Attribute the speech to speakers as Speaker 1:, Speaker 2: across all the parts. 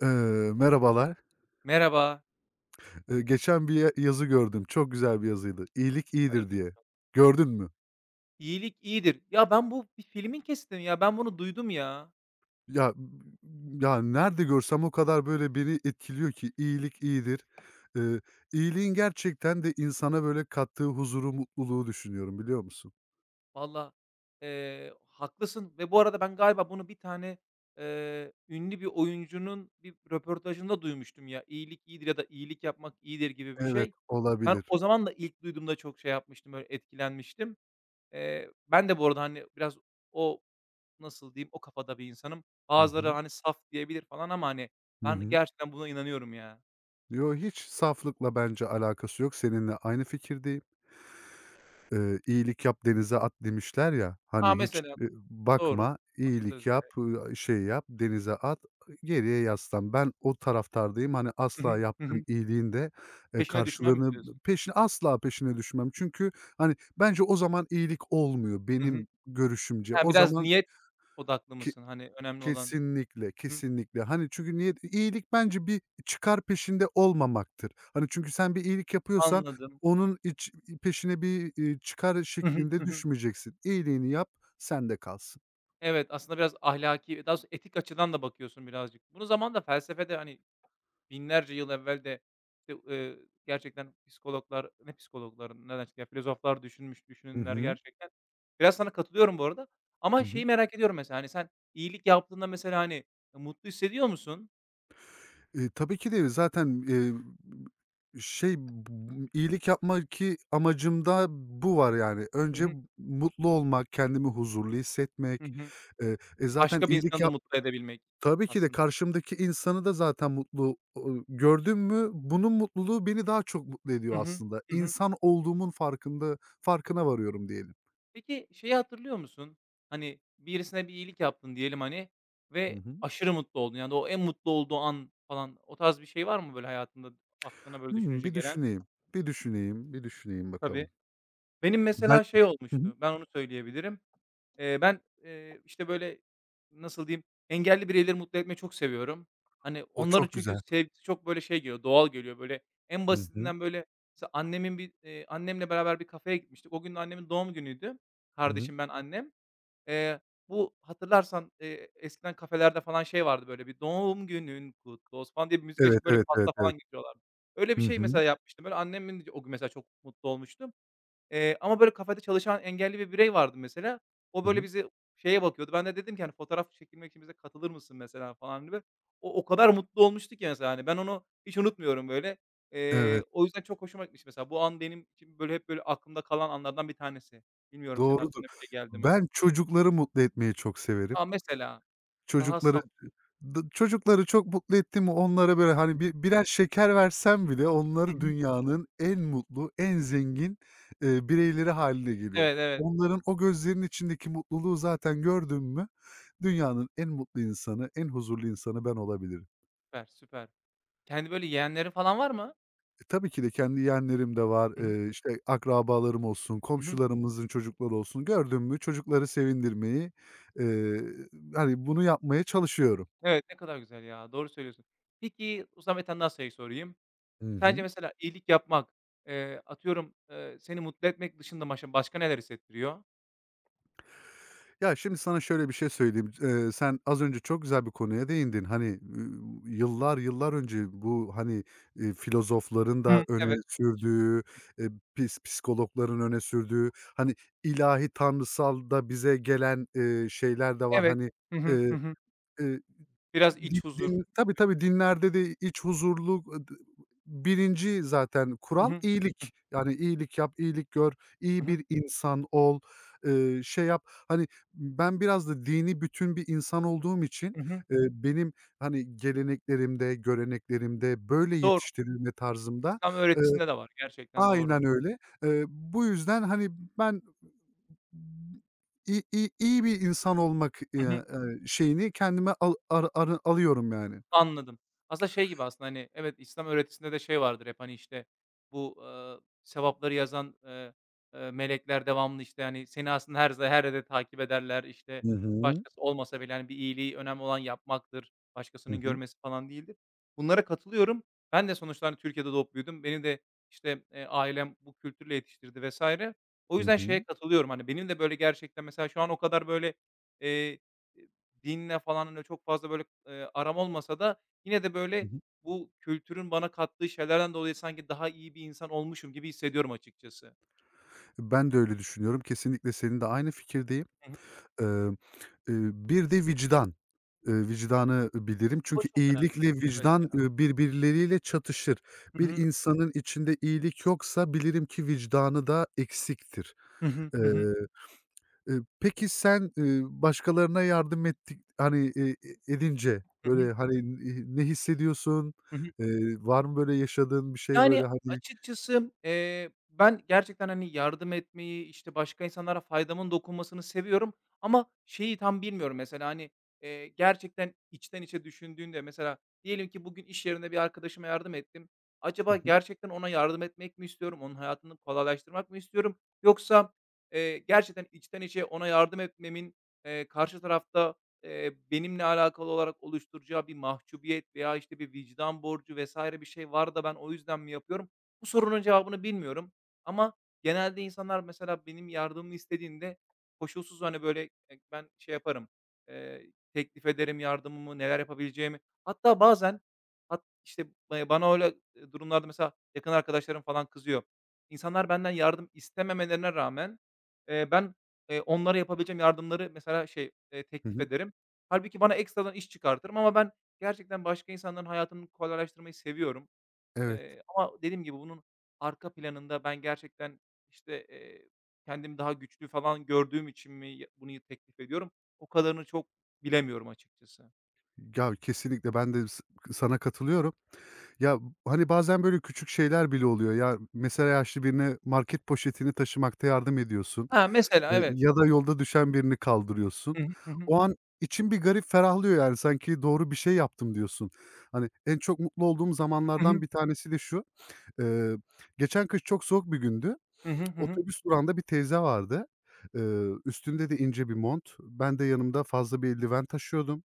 Speaker 1: Merhabalar.
Speaker 2: Merhaba.
Speaker 1: Geçen bir yazı gördüm. Çok güzel bir yazıydı. "İyilik iyidir."
Speaker 2: Hayırdır
Speaker 1: diye.
Speaker 2: inşallah.
Speaker 1: Gördün mü?
Speaker 2: İyilik iyidir. Ya, ben bu bir filmin kesitini ya, ben bunu duydum ya.
Speaker 1: Ya, Nerede görsem o kadar böyle beni etkiliyor ki iyilik iyidir. Eee, iyiliğin gerçekten de insana böyle kattığı huzuru, mutluluğu düşünüyorum, biliyor musun?
Speaker 2: Valla, haklısın ve bu arada ben galiba bunu bir tane, ünlü bir oyuncunun bir röportajında duymuştum ya. İyilik iyidir ya da iyilik yapmak iyidir gibi bir
Speaker 1: Evet,
Speaker 2: şey. Ben
Speaker 1: olabilir.
Speaker 2: o zaman da ilk duyduğumda çok şey yapmıştım, böyle etkilenmiştim. Ben de bu arada, hani, biraz o, nasıl diyeyim, o kafada bir insanım.
Speaker 1: Hı
Speaker 2: Bazıları,
Speaker 1: hı.
Speaker 2: hani, saf diyebilir falan ama, hani,
Speaker 1: Hı
Speaker 2: ben
Speaker 1: hı.
Speaker 2: gerçekten buna inanıyorum ya.
Speaker 1: Yo, hiç saflıkla bence alakası yok. Seninle aynı fikirdeyim. "İyilik yap, denize at." demişler ya,
Speaker 2: A,
Speaker 1: hani, hiç,
Speaker 2: mesela. Doğru.
Speaker 1: bakma, iyilik
Speaker 2: Atasözleri.
Speaker 1: yap, şey yap, denize at, geriye yaslan. Ben o taraftardayım. Hani,
Speaker 2: Hı
Speaker 1: asla
Speaker 2: hı. Hı hı.
Speaker 1: yaptığım iyiliğin de,
Speaker 2: Peşine düşmem mi
Speaker 1: karşılığını
Speaker 2: diyorsun?
Speaker 1: peşine düşmem. Çünkü, hani, bence o zaman iyilik olmuyor
Speaker 2: Hı hı.
Speaker 1: benim görüşümce.
Speaker 2: Ha,
Speaker 1: O
Speaker 2: biraz
Speaker 1: zaman
Speaker 2: niyet odaklı
Speaker 1: ke
Speaker 2: mısın? Hani önemli olan.
Speaker 1: kesinlikle,
Speaker 2: Hı,
Speaker 1: kesinlikle. Hani, çünkü niye iyilik bence bir çıkar peşinde olmamaktır. Hani, çünkü sen bir iyilik yapıyorsan
Speaker 2: anladım.
Speaker 1: onun iç peşine bir, çıkar
Speaker 2: Hı hı.
Speaker 1: şeklinde
Speaker 2: Hı hı.
Speaker 1: düşmeyeceksin. İyiliğini yap, sende kalsın.
Speaker 2: Evet, aslında biraz ahlaki, daha doğrusu etik açıdan da bakıyorsun birazcık. Bunu zamanında felsefede, hani, binlerce yıl evvel de, işte, gerçekten psikologlar, ne psikologların, nereden çıktı ya, filozoflar düşünmüş,
Speaker 1: Hı
Speaker 2: düşünürler
Speaker 1: hı.
Speaker 2: gerçekten. Biraz sana katılıyorum bu arada
Speaker 1: Hı
Speaker 2: ama
Speaker 1: hı.
Speaker 2: şeyi merak ediyorum mesela, hani, sen iyilik yaptığında mesela, hani, mutlu hissediyor musun?
Speaker 1: Tabii ki de zaten, şey, b iyilik yapmaki amacımda bu var yani.
Speaker 2: Hı
Speaker 1: Önce
Speaker 2: hı.
Speaker 1: mutlu olmak, kendimi huzurlu
Speaker 2: Hı
Speaker 1: hissetmek.
Speaker 2: hı.
Speaker 1: E, zaten
Speaker 2: Başka bir
Speaker 1: iyilik
Speaker 2: insanı da
Speaker 1: yap
Speaker 2: mutlu edebilmek
Speaker 1: Tabii ki de
Speaker 2: aslında.
Speaker 1: karşımdaki insanı da zaten mutlu, gördüm mü bunun mutluluğu beni daha çok mutlu
Speaker 2: Hı
Speaker 1: ediyor
Speaker 2: hı.
Speaker 1: aslında.
Speaker 2: Hı hı.
Speaker 1: İnsan olduğumun farkına varıyorum diyelim.
Speaker 2: Peki şeyi hatırlıyor musun? Hani, birisine bir iyilik yaptın diyelim, hani,
Speaker 1: Hı
Speaker 2: ve
Speaker 1: hı.
Speaker 2: aşırı mutlu oldun. Yani o en mutlu olduğu an falan o tarz bir şey var mı böyle hayatında aklına böyle
Speaker 1: Hımm,
Speaker 2: düşününce
Speaker 1: bir
Speaker 2: gelen?
Speaker 1: düşüneyim, bir düşüneyim, bir düşüneyim
Speaker 2: Tabii.
Speaker 1: bakalım.
Speaker 2: Benim
Speaker 1: Ben
Speaker 2: mesela şey
Speaker 1: Hı hı.
Speaker 2: olmuştu, ben onu söyleyebilirim. Ben, işte, böyle, nasıl diyeyim, engelli bireyleri mutlu etmeyi çok seviyorum. Hani,
Speaker 1: O
Speaker 2: onların
Speaker 1: çok
Speaker 2: çünkü
Speaker 1: güzel.
Speaker 2: sevgisi çok, böyle, şey geliyor, doğal geliyor, böyle. En
Speaker 1: Hı hı.
Speaker 2: basitinden, böyle, mesela annemin bir, annemle beraber bir kafeye gitmiştik. O gün de annemin doğum günüydü.
Speaker 1: Hı hı.
Speaker 2: Kardeşim, ben, annem. Eee, bu hatırlarsan, eskiden kafelerde falan şey vardı, böyle, bir "Doğum günün kutlu olsun." falan diye bir müzik
Speaker 1: Evet,
Speaker 2: açıp, böyle,
Speaker 1: evet, evet,
Speaker 2: pasta falan
Speaker 1: evet.
Speaker 2: getiriyorlardı. Öyle
Speaker 1: Hı
Speaker 2: bir şey
Speaker 1: hı.
Speaker 2: mesela yapmıştım. Böyle, annemin de o gün mesela çok mutlu olmuştu. Ama böyle kafede çalışan engelli bir birey vardı mesela. O
Speaker 1: Hı
Speaker 2: böyle
Speaker 1: hı.
Speaker 2: bizi şeye bakıyordu. Ben de dedim ki, hani, "Fotoğraf çekilmek için bize katılır mısın mesela?" falan gibi. O kadar mutlu olmuştu ki mesela, hani, ben onu hiç unutmuyorum böyle.
Speaker 1: Evet,
Speaker 2: O yüzden çok hoşuma gitmişti mesela. Bu an benim için böyle hep böyle aklımda kalan anlardan bir tanesi. Bilmiyorum senin
Speaker 1: doğrudur.
Speaker 2: aklına bir şey geldi mi?
Speaker 1: Ben çocukları mutlu etmeyi çok severim.
Speaker 2: A, mesela daha
Speaker 1: Çocukları
Speaker 2: saf.
Speaker 1: Çocukları çok mutlu ettin mi onlara, böyle,
Speaker 2: Hı
Speaker 1: hani,
Speaker 2: hı.
Speaker 1: bir birer şeker versem bile
Speaker 2: Hı
Speaker 1: onları
Speaker 2: hı.
Speaker 1: dünyanın en mutlu, en zengin, bireyleri hâline geliyor.
Speaker 2: Evet, evet.
Speaker 1: Onların o gözlerinin içindeki mutluluğu zaten gördüm mü dünyanın en mutlu insanı, en huzurlu insanı ben olabilirim.
Speaker 2: Süper, süper. Kendi böyle yeğenlerin falan var mı?
Speaker 1: E, tabii ki de kendi yeğenlerim de var.
Speaker 2: Hı hı.
Speaker 1: İşte, akrabalarım olsun,
Speaker 2: Hı hı.
Speaker 1: komşularımızın çocukları olsun. Gördüm mü çocukları sevindirmeyi, eee, hani, bunu yapmaya çalışıyorum.
Speaker 2: Evet, ne kadar güzel ya. Doğru söylüyorsun. Peki o zaman bir tane daha şey sorayım.
Speaker 1: Hı
Speaker 2: Sence
Speaker 1: hı.
Speaker 2: mesela iyilik yapmak, atıyorum, seni mutlu etmek dışında maşa başka neler hissettiriyor?
Speaker 1: Ya, şimdi sana şöyle bir şey söyleyeyim. Sen az önce çok güzel bir konuya değindin. Hani, yıllar önce bu, hani, filozofların da
Speaker 2: Hımm,
Speaker 1: öne
Speaker 2: evet,
Speaker 1: sürdüğü, eee, psikologların öne sürdüğü, hani, ilahi tanrısal da bize gelen, şeyler de var.
Speaker 2: evet.
Speaker 1: Hani,
Speaker 2: Hı hı, hı
Speaker 1: eee,
Speaker 2: hı.
Speaker 1: eee
Speaker 2: Biraz
Speaker 1: Di
Speaker 2: iç huzur
Speaker 1: din Tabii,
Speaker 2: gibi.
Speaker 1: tabii, dinlerde de iç huzurluluk, d zaten
Speaker 2: Hı
Speaker 1: kural
Speaker 2: hı. Hı
Speaker 1: iyilik. Yani iyilik yap, iyilik gör,
Speaker 2: hı,
Speaker 1: iyi
Speaker 2: hı hı.
Speaker 1: bir insan ol, şey yap. Hani, ben biraz da dini bütün bir insan olduğum için, benim, hani, geleneklerimde, göreneklerimde, böyle
Speaker 2: Doğru.
Speaker 1: yetiştirilme tarzımda,
Speaker 2: İslam
Speaker 1: eee
Speaker 2: öğretisinde de var. Gerçekten doğru.
Speaker 1: Aynen öyle. Bu yüzden, hani, ben i i iyi bir insan olmak,
Speaker 2: Hı hı.
Speaker 1: şeyini kendime al ar arı alıyorum yani.
Speaker 2: Anladım. Aslında şey gibi aslında, hani, evet, İslam öğretisinde de şey vardır hep, hani, işte, bu, sevapları yazan, melekler devamlı, işte, hani, seni aslında her yerde takip ederler. İşte
Speaker 1: Hı hı.
Speaker 2: başkası olmasa bile, hani, bir iyiliği önemli olan yapmaktır,
Speaker 1: Hı
Speaker 2: başkasının
Speaker 1: hı.
Speaker 2: görmesi falan değildir. Bunlara katılıyorum. Ben de sonuçta, hani, Türkiye'de doğup büyüdüm. Beni de, işte, ailem bu kültürle yetiştirdi vesaire. O
Speaker 1: Hı
Speaker 2: yüzden şeye
Speaker 1: hı.
Speaker 2: katılıyorum, hani, benim de böyle gerçekten mesela şu an o kadar böyle, eee dinle falan, öyle çok fazla, böyle, aram olmasa da yine de,
Speaker 1: Hı
Speaker 2: böyle,
Speaker 1: hı.
Speaker 2: bu kültürün bana kattığı şeylerden dolayı sanki daha iyi bir insan olmuşum gibi hissediyorum açıkçası.
Speaker 1: Ben de öyle düşünüyorum. Kesinlikle seninle aynı fikirdeyim.
Speaker 2: Hı hı.
Speaker 1: Emm, Bir de vicdan. Vicdanı bilirim.
Speaker 2: O
Speaker 1: Çünkü
Speaker 2: çok önemli bir
Speaker 1: iyilikle
Speaker 2: şey. Evet ya.
Speaker 1: vicdan, birbirleriyle çatışır.
Speaker 2: Hı
Speaker 1: Bir
Speaker 2: hı.
Speaker 1: insanın içinde iyilik yoksa bilirim ki vicdanı da eksiktir.
Speaker 2: Hı hı.
Speaker 1: Eee,
Speaker 2: Hı hı.
Speaker 1: peki sen, başkalarına yardım ettik hani, edince
Speaker 2: Hı hı.
Speaker 1: böyle, hani, ne hissediyorsun?
Speaker 2: Hı hı.
Speaker 1: Var mı böyle yaşadığın bir şey
Speaker 2: Yani,
Speaker 1: böyle, hani?
Speaker 2: açıkçası, ben gerçekten, hani, yardım etmeyi, işte, başka insanlara faydamın dokunmasını seviyorum ama şeyi tam bilmiyorum mesela, hani, gerçekten içten içe düşündüğünde mesela diyelim ki bugün iş yerinde bir arkadaşıma yardım ettim.
Speaker 1: Hı
Speaker 2: Acaba
Speaker 1: hı.
Speaker 2: gerçekten ona yardım etmek mi istiyorum? Onun hayatını kolaylaştırmak mı istiyorum? Yoksa, gerçekten içten içe ona yardım etmemin, karşı tarafta benimle alakalı olarak oluşturacağı bir mahcubiyet veya, işte, bir vicdan borcu vesaire bir şey var da ben o yüzden mi yapıyorum? Bu sorunun cevabını bilmiyorum ama genelde insanlar mesela benim yardımımı istediğinde koşulsuz, hani, böyle, ben şey yaparım, teklif ederim yardımımı, neler yapabileceğimi. Hatta bazen işte, bana öyle, durumlarda mesela yakın arkadaşlarım falan kızıyor. İnsanlar benden yardım istememelerine rağmen, ben, onlara yapabileceğim yardımları mesela şey,
Speaker 1: Hı
Speaker 2: teklif
Speaker 1: hı.
Speaker 2: ederim. Halbuki bana ekstradan iş çıkartırım ama ben gerçekten başka insanların hayatını kolaylaştırmayı seviyorum.
Speaker 1: Evet.
Speaker 2: Ama dediğim gibi bunun arka planında ben gerçekten, işte, kendimi daha güçlü falan gördüğüm için mi bunu teklif ediyorum, o kadarını çok bilemiyorum açıkçası.
Speaker 1: Kesinlikle ben de sana katılıyorum. Ya, hani, bazen böyle küçük şeyler bile oluyor. Ya, mesela yaşlı birine market poşetini taşımakta yardım ediyorsun,
Speaker 2: Ha, mesela evet.
Speaker 1: ya da yolda düşen birini kaldırıyorsun.
Speaker 2: Hı hı. Hı hı.
Speaker 1: O an için bir garip ferahlıyor, yani, sanki doğru bir şey yaptım diyorsun. Hani, en çok mutlu olduğum
Speaker 2: Hı hı.
Speaker 1: zamanlardan bir tanesi de şu, eee, geçen kış çok soğuk bir gündü.
Speaker 2: Hı hı. Hı hı.
Speaker 1: Otobüs durağında bir teyze vardı. Üstünde de ince bir mont. Ben de yanımda fazla bir eldiven taşıyordum.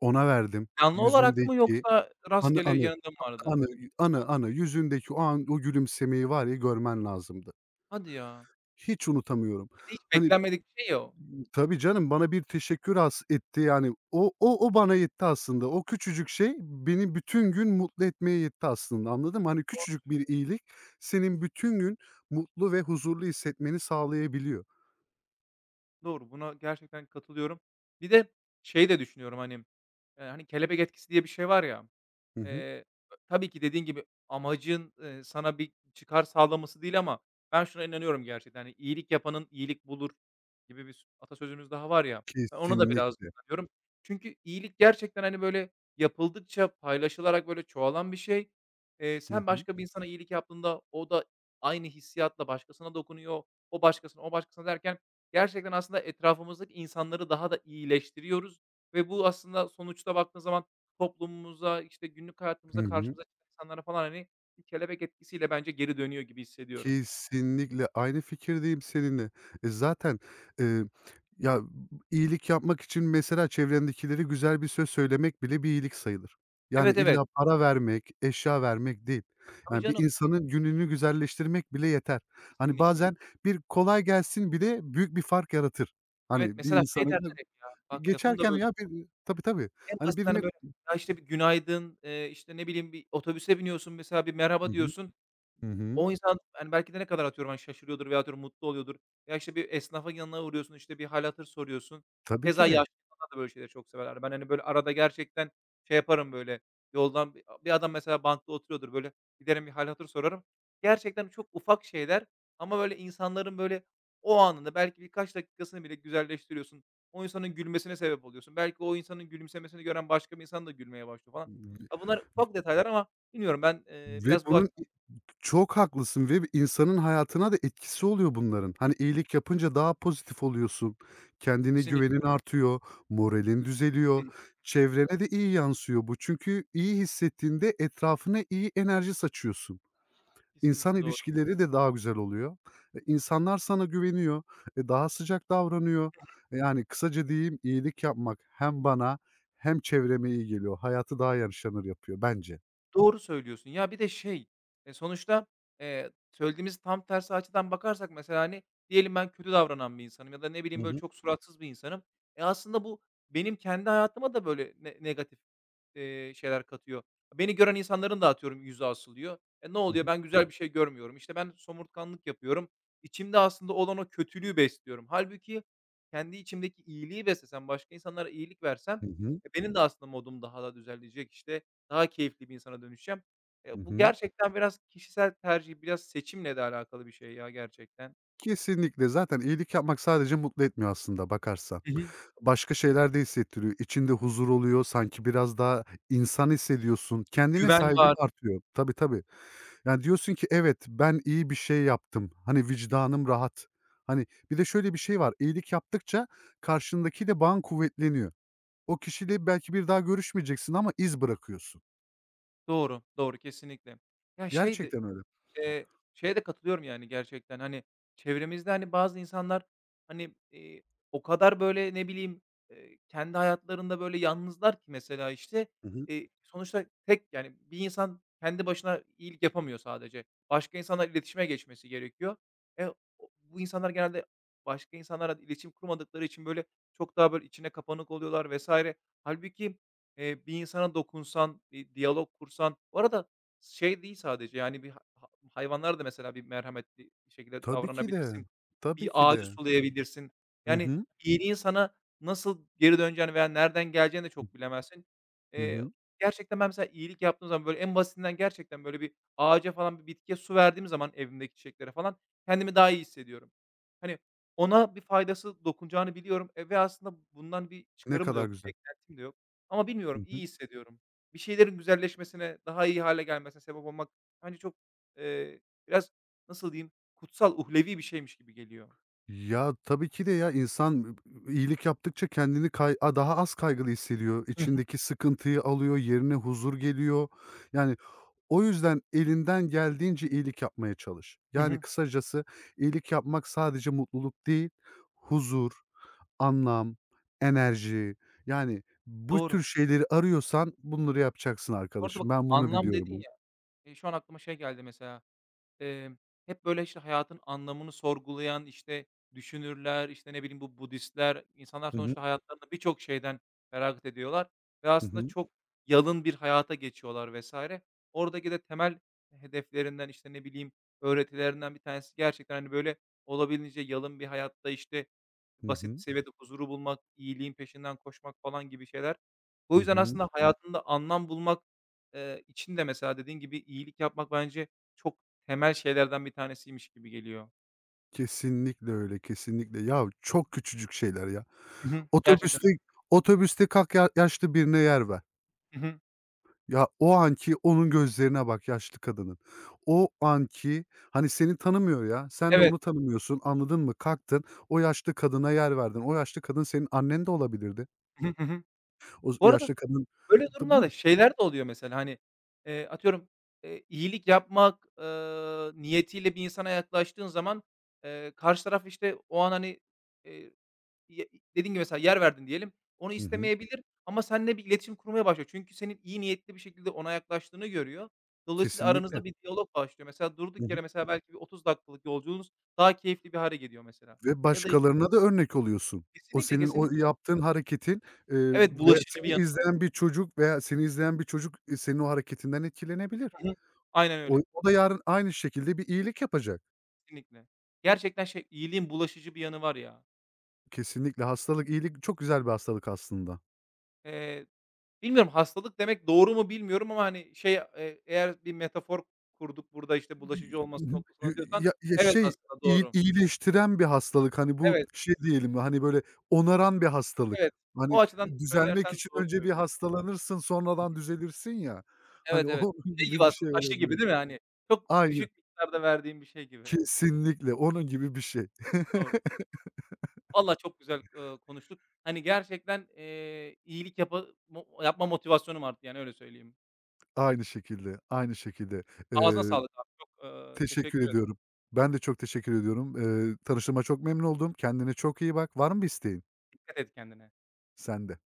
Speaker 1: Ona verdim.
Speaker 2: Planlı olarak mı
Speaker 1: Yüzündeki
Speaker 2: yoksa
Speaker 1: anı
Speaker 2: rastgele
Speaker 1: anı,
Speaker 2: yanında mı vardı?
Speaker 1: anı, anı, anı, Yüzündeki o an o gülümsemeyi var ya görmen lazımdı.
Speaker 2: Hadi ya.
Speaker 1: Hiç unutamıyorum.
Speaker 2: Bir de hiç
Speaker 1: Hani
Speaker 2: beklenmedik bir şey ya o.
Speaker 1: Tabii canım, bana bir teşekkür as etti yani. O bana yetti aslında. O küçücük şey beni bütün gün mutlu etmeye yetti aslında, anladın mı? Hani
Speaker 2: Doğru.
Speaker 1: küçücük bir iyilik senin bütün gün mutlu ve huzurlu hissetmeni sağlayabiliyor.
Speaker 2: Doğru, buna gerçekten katılıyorum. Bir de şey de düşünüyorum, hani, hani, kelebek etkisi diye bir şey var ya.
Speaker 1: Hı hı.
Speaker 2: Eee, tabii ki dediğin gibi amacın, sana bir çıkar sağlaması değil ama ben şuna inanıyorum gerçekten, hani, iyilik yapanın iyilik bulur." gibi bir atasözümüz daha var ya, ben ona da biraz
Speaker 1: Kesinlikle.
Speaker 2: inanıyorum. Çünkü iyilik gerçekten, hani, böyle, yapıldıkça, paylaşılarak, böyle, çoğalan bir şey.
Speaker 1: Hı
Speaker 2: Sen
Speaker 1: hı.
Speaker 2: başka bir insana iyilik yaptığında o da aynı hissiyatla başkasına dokunuyor, o başkasına, o başkasına derken gerçekten aslında etrafımızdaki insanları daha da iyileştiriyoruz ve bu aslında sonuçta baktığın zaman toplumumuza, işte, günlük
Speaker 1: Hı
Speaker 2: hayatımıza
Speaker 1: hı.
Speaker 2: karşımıza çıkan insanlara falan, hani, bir kelebek etkisiyle bence geri dönüyor gibi hissediyorum.
Speaker 1: Kesinlikle aynı fikirdeyim seninle. E, zaten, eee, ya, iyilik yapmak için mesela çevrendekilere güzel bir söz söylemek bile bir iyilik sayılır. Yani
Speaker 2: Evet, evet.
Speaker 1: illa para vermek, eşya vermek değil.
Speaker 2: Tabii
Speaker 1: Yani bir
Speaker 2: canım.
Speaker 1: insanın gününü güzelleştirmek bile yeter. Hani
Speaker 2: Kesinlikle.
Speaker 1: bazen bir kolay gelsin bile büyük bir fark yaratır.
Speaker 2: Evet,
Speaker 1: Hani bir
Speaker 2: mesela şey
Speaker 1: insanı da
Speaker 2: derler hep ya, bak lafını da
Speaker 1: geçerken ya
Speaker 2: böldüm.
Speaker 1: bir Tabii, tabii.
Speaker 2: En
Speaker 1: Hani
Speaker 2: basitinden, hani,
Speaker 1: birine
Speaker 2: böyle, ya, işte, bir günaydın, işte, ne bileyim, bir otobüse biniyorsun mesela, bir
Speaker 1: Hı
Speaker 2: merhaba
Speaker 1: hı.
Speaker 2: diyorsun.
Speaker 1: Hı hı.
Speaker 2: O insan, hani, belki de ne kadar atıyorum, hani, şaşırıyordur veya atıyorum mutlu oluyordur veya, işte, bir esnafın yanına uğruyorsun, işte, bir hâl hatır soruyorsun.
Speaker 1: Tabii ki
Speaker 2: Keza
Speaker 1: de.
Speaker 2: yaşlı insanlar da böyle şeyleri çok severler. Ben, hani, böyle arada gerçekten şey yaparım böyle, yoldan bir adam mesela bankta oturuyordur, böyle giderim bir hâl hatır sorarım. Gerçekten çok ufak şeyler ama böyle insanların böyle o anında belki birkaç dakikasını bile güzelleştiriyorsun. O insanın gülmesine sebep oluyorsun. Belki o insanın gülümsemesini gören başka bir insan da gülmeye başlıyor falan. Ya, bunlar ufak detaylar ama bilmiyorum ben,
Speaker 1: Ve
Speaker 2: biraz bu
Speaker 1: bunun
Speaker 2: açıdan
Speaker 1: Çok haklısın ve insanın hayatına da etkisi oluyor bunların. Hani, iyilik yapınca daha pozitif oluyorsun. Kendine
Speaker 2: kesinlik
Speaker 1: güvenin artıyor, moralin düzeliyor.
Speaker 2: Hı hı. Hı hı.
Speaker 1: Çevrene de iyi yansıyor bu. Çünkü iyi hissettiğinde etrafına iyi enerji saçıyorsun. İnsan
Speaker 2: Kesinlikle doğru.
Speaker 1: ilişkileri de daha güzel oluyor. E, insanlar sana güveniyor, e, daha sıcak davranıyor. E, yani kısaca diyeyim, iyilik yapmak hem bana hem çevreme iyi geliyor. Hayatı daha yaşanır yapıyor bence.
Speaker 2: Doğru söylüyorsun. Ya, bir de şey, e, sonuçta, söylediğimiz tam tersi açıdan bakarsak mesela, hani, diyelim ben kötü davranan bir insanım ya da ne
Speaker 1: Hı
Speaker 2: bileyim, böyle,
Speaker 1: hı.
Speaker 2: çok suratsız bir insanım. E, aslında bu benim kendi hayatıma da, böyle, ne negatif, şeyler katıyor. Beni gören insanların da atıyorum yüzü asılıyor. E, ne
Speaker 1: Hı
Speaker 2: oluyor?
Speaker 1: hı.
Speaker 2: Ben güzel bir şey görmüyorum. İşte, ben somurtkanlık yapıyorum. İçimde aslında olan o kötülüğü besliyorum. Halbuki kendi içimdeki iyiliği beslesem, başka insanlara iyilik versem,
Speaker 1: Hı hı.
Speaker 2: e, benim de aslında modum daha da düzelecek, işte, daha keyifli bir insana dönüşeceğim.
Speaker 1: Hı
Speaker 2: Bu
Speaker 1: hı.
Speaker 2: gerçekten biraz kişisel tercih, biraz seçimle de alakalı bir şey ya gerçekten.
Speaker 1: Kesinlikle. Zaten iyilik yapmak sadece mutlu etmiyor aslında bakarsan.
Speaker 2: Hı hı.
Speaker 1: Başka şeyler de hissettiriyor. İçinde huzur oluyor. Sanki biraz daha insan hissediyorsun. Kendine
Speaker 2: Güven
Speaker 1: saygın
Speaker 2: var.
Speaker 1: artıyor. Tabii tabii. Yani diyorsun ki evet ben iyi bir şey yaptım. Hani vicdanım rahat. Hani bir de şöyle bir şey var. İyilik yaptıkça karşındaki de bağın kuvvetleniyor. O kişiyle belki bir daha görüşmeyeceksin ama iz bırakıyorsun.
Speaker 2: Doğru, doğru kesinlikle. Ya şey de.
Speaker 1: Gerçekten öyle.
Speaker 2: Eee, şeye de katılıyorum yani gerçekten, hani, çevremizde, hani, bazı insanlar, hani, o kadar böyle, ne bileyim, kendi hayatlarında böyle yalnızlar ki mesela, işte,
Speaker 1: Hı hı.
Speaker 2: sonuçta tek, yani, bir insan kendi başına iyilik yapamıyor sadece. Başka insanlarla iletişime geçmesi gerekiyor. E, o bu insanlar genelde başka insanlarla iletişim kurmadıkları için böyle çok daha böyle içine kapanık oluyorlar vs. Hâlbuki, bir insana dokunsan, bir diyalog kursan. Bu arada şey değil sadece, yani, bir ha hayvanlara da mesela bir merhametli şekilde
Speaker 1: Tabii ki de.
Speaker 2: davranabilirsin.
Speaker 1: Tabii
Speaker 2: Bir
Speaker 1: ki
Speaker 2: ağacı
Speaker 1: de.
Speaker 2: sulayabilirsin.
Speaker 1: Hı
Speaker 2: Yani,
Speaker 1: hı.
Speaker 2: iyiliğin sana nasıl geri döneceğini veya nereden geleceğini de çok bilemezsin.
Speaker 1: Hı
Speaker 2: Eee,
Speaker 1: hı.
Speaker 2: gerçekten ben mesela iyilik yaptığım zaman, böyle, en basitinden gerçekten, böyle, bir ağaca falan, bir bitkiye su verdiğim zaman evimdeki çiçeklere falan kendimi daha iyi hissediyorum. Hani, ona bir faydası dokunacağını biliyorum, ve aslında bundan bir
Speaker 1: Ne
Speaker 2: çıkarım da
Speaker 1: kadar
Speaker 2: yok, bir
Speaker 1: güzel.
Speaker 2: beklentim de yok ama
Speaker 1: Hı
Speaker 2: bilmiyorum,
Speaker 1: hı.
Speaker 2: iyi hissediyorum. Bir şeylerin güzelleşmesine, daha iyi hale gelmesine sebep olmak bence çok. Eee, biraz nasıl diyeyim, kutsal, uhlevi bir şeymiş gibi geliyor.
Speaker 1: Ya, tabii ki de ya. İnsan iyilik yaptıkça kendini kay a daha az kaygılı hissediyor.
Speaker 2: Hı hı.
Speaker 1: İçindeki sıkıntıyı alıyor, yerine huzur geliyor. Yani, o yüzden elinden geldiğince iyilik yapmaya çalış.
Speaker 2: Hı
Speaker 1: Yani,
Speaker 2: hı.
Speaker 1: kısacası iyilik yapmak sadece mutluluk değil, huzur, anlam, enerji, yani, bu tür
Speaker 2: Doğru.
Speaker 1: şeyleri arıyorsan bunları yapacaksın
Speaker 2: Bu arada
Speaker 1: arkadaşım.
Speaker 2: bak
Speaker 1: Ben bunu
Speaker 2: anlam dedin
Speaker 1: biliyorum.
Speaker 2: ya, şu an aklıma şey geldi mesela. Emm, hep böyle, işte, hayatın anlamını sorgulayan, işte, düşünürler, işte, ne bileyim, bu Budistler, insanlar
Speaker 1: Hı hı.
Speaker 2: sonuçta hayatlarında birçok şeyden feragat ediyorlar ve
Speaker 1: Hı
Speaker 2: aslında
Speaker 1: hı.
Speaker 2: çok yalın bir hayata geçiyorlar vesaire. Oradaki de temel hedeflerinden, işte, ne bileyim, öğretilerinden bir tanesi gerçekten, hani, böyle, olabildiğince yalın bir hayatta, işte,
Speaker 1: Hı
Speaker 2: basit bir
Speaker 1: hı.
Speaker 2: seviyede huzuru bulmak, iyiliğin peşinden koşmak falan gibi şeyler. O
Speaker 1: Hı
Speaker 2: yüzden
Speaker 1: hı.
Speaker 2: aslında hayatında anlam bulmak, için de mesela dediğin gibi iyilik yapmak bence çok temel şeylerden bir tanesiymiş gibi geliyor.
Speaker 1: Kesinlikle öyle, kesinlikle. Ya, çok küçücük şeyler ya.
Speaker 2: Hı hı. Gerçekten.
Speaker 1: Otobüste otobüste kalk ya yaşlı birine yer ver.
Speaker 2: Hı hı.
Speaker 1: Ya, o anki onun gözlerine bak yaşlı kadının. O anki, hani, seni tanımıyor ya, sen de
Speaker 2: Evet.
Speaker 1: onu tanımıyorsun, anladın mı? Kalktın, o yaşlı kadına yer verdin. O yaşlı kadın senin annen de olabilirdi.
Speaker 2: Hı hı. Hı hı.
Speaker 1: O
Speaker 2: Bu arada
Speaker 1: yaşlı kadın
Speaker 2: böyle
Speaker 1: Tabii,
Speaker 2: durumlarda
Speaker 1: buyurun.
Speaker 2: şeyler de oluyor mesela, hani, atıyorum, iyilik yapmak, niyetiyle bir insana yaklaştığın zaman, karşı taraf, işte, o an, hani, eee Ye dediğin gibi mesela yer verdin diyelim, onu
Speaker 1: Hı hı.
Speaker 2: istemeyebilir ama seninle bir iletişim kurmaya başlıyor. Çünkü senin iyi niyetli bir şekilde ona yaklaştığını görüyor. Dolayısıyla
Speaker 1: Kesinlikle.
Speaker 2: aranızda bir diyalog başlıyor. Mesela
Speaker 1: Hı
Speaker 2: durduk
Speaker 1: hı.
Speaker 2: yere mesela belki bir 30 dakikalık yolculuğunuz daha keyifli bir hâle geliyor mesela.
Speaker 1: Ve
Speaker 2: Ya da işte.
Speaker 1: başkalarına da örnek oluyorsun. O
Speaker 2: Kesinlikle,
Speaker 1: senin o
Speaker 2: kesinlikle.
Speaker 1: yaptığın hareketin,
Speaker 2: Evet,
Speaker 1: ve
Speaker 2: bulaşıcı bir yanı
Speaker 1: seni
Speaker 2: var.
Speaker 1: izleyen bir çocuk veya Seni izleyen bir çocuk, senin o hareketinden etkilenebilir.
Speaker 2: Hı hı. Aynen
Speaker 1: O
Speaker 2: öyle.
Speaker 1: o da yarın aynı şekilde bir iyilik yapacak.
Speaker 2: Kesinlikle. Gerçekten şey, iyiliğin bulaşıcı bir yanı var ya.
Speaker 1: Kesinlikle hastalık, iyilik çok güzel bir hastalık aslında.
Speaker 2: Eee, bilmiyorum hastalık demek doğru mu bilmiyorum ama, hani, şey, eğer bir metafor kurduk burada, işte, bulaşıcı
Speaker 1: Hı
Speaker 2: olması
Speaker 1: hı.
Speaker 2: noktasına
Speaker 1: Yü
Speaker 2: diyorsan
Speaker 1: ya ya
Speaker 2: evet
Speaker 1: şey,
Speaker 2: aslında doğru.
Speaker 1: iyileştiren bir hastalık, hani, bu
Speaker 2: Evet,
Speaker 1: şey diyelim, hani, böyle onaran bir
Speaker 2: evet.
Speaker 1: hastalık.
Speaker 2: O
Speaker 1: Hani,
Speaker 2: açıdan
Speaker 1: düzelmek
Speaker 2: söylersen
Speaker 1: için
Speaker 2: doğru
Speaker 1: önce bir
Speaker 2: söylüyorsun.
Speaker 1: hastalanırsın,
Speaker 2: Hı
Speaker 1: sonradan
Speaker 2: hı.
Speaker 1: düzelirsin ya. Hani,
Speaker 2: Evet, evet.
Speaker 1: onun
Speaker 2: Şey
Speaker 1: gibi
Speaker 2: gibi
Speaker 1: bir
Speaker 2: aslında,
Speaker 1: şey
Speaker 2: aşı gibi
Speaker 1: olabilir.
Speaker 2: değil mi? Hani, çok
Speaker 1: Aynen.
Speaker 2: düşük miktarda verdiğin bir şey gibi.
Speaker 1: Kesinlikle onun gibi bir şey.
Speaker 2: Doğru, doğru. Vallahi çok güzel, konuştuk. Hani, gerçekten, iyilik yapa mo yapma motivasyonum arttı yani, öyle söyleyeyim.
Speaker 1: Aynı şekilde, aynı şekilde.
Speaker 2: Ağzına
Speaker 1: Eee
Speaker 2: sağlık abi. Çok,
Speaker 1: Teşekkür
Speaker 2: teşekkür ederim.
Speaker 1: ediyorum. Ben de çok teşekkür ediyorum. Tanıştığıma çok memnun oldum. Kendine çok iyi bak. Var mı bir isteğin?
Speaker 2: Dikkat et kendine.
Speaker 1: Sende.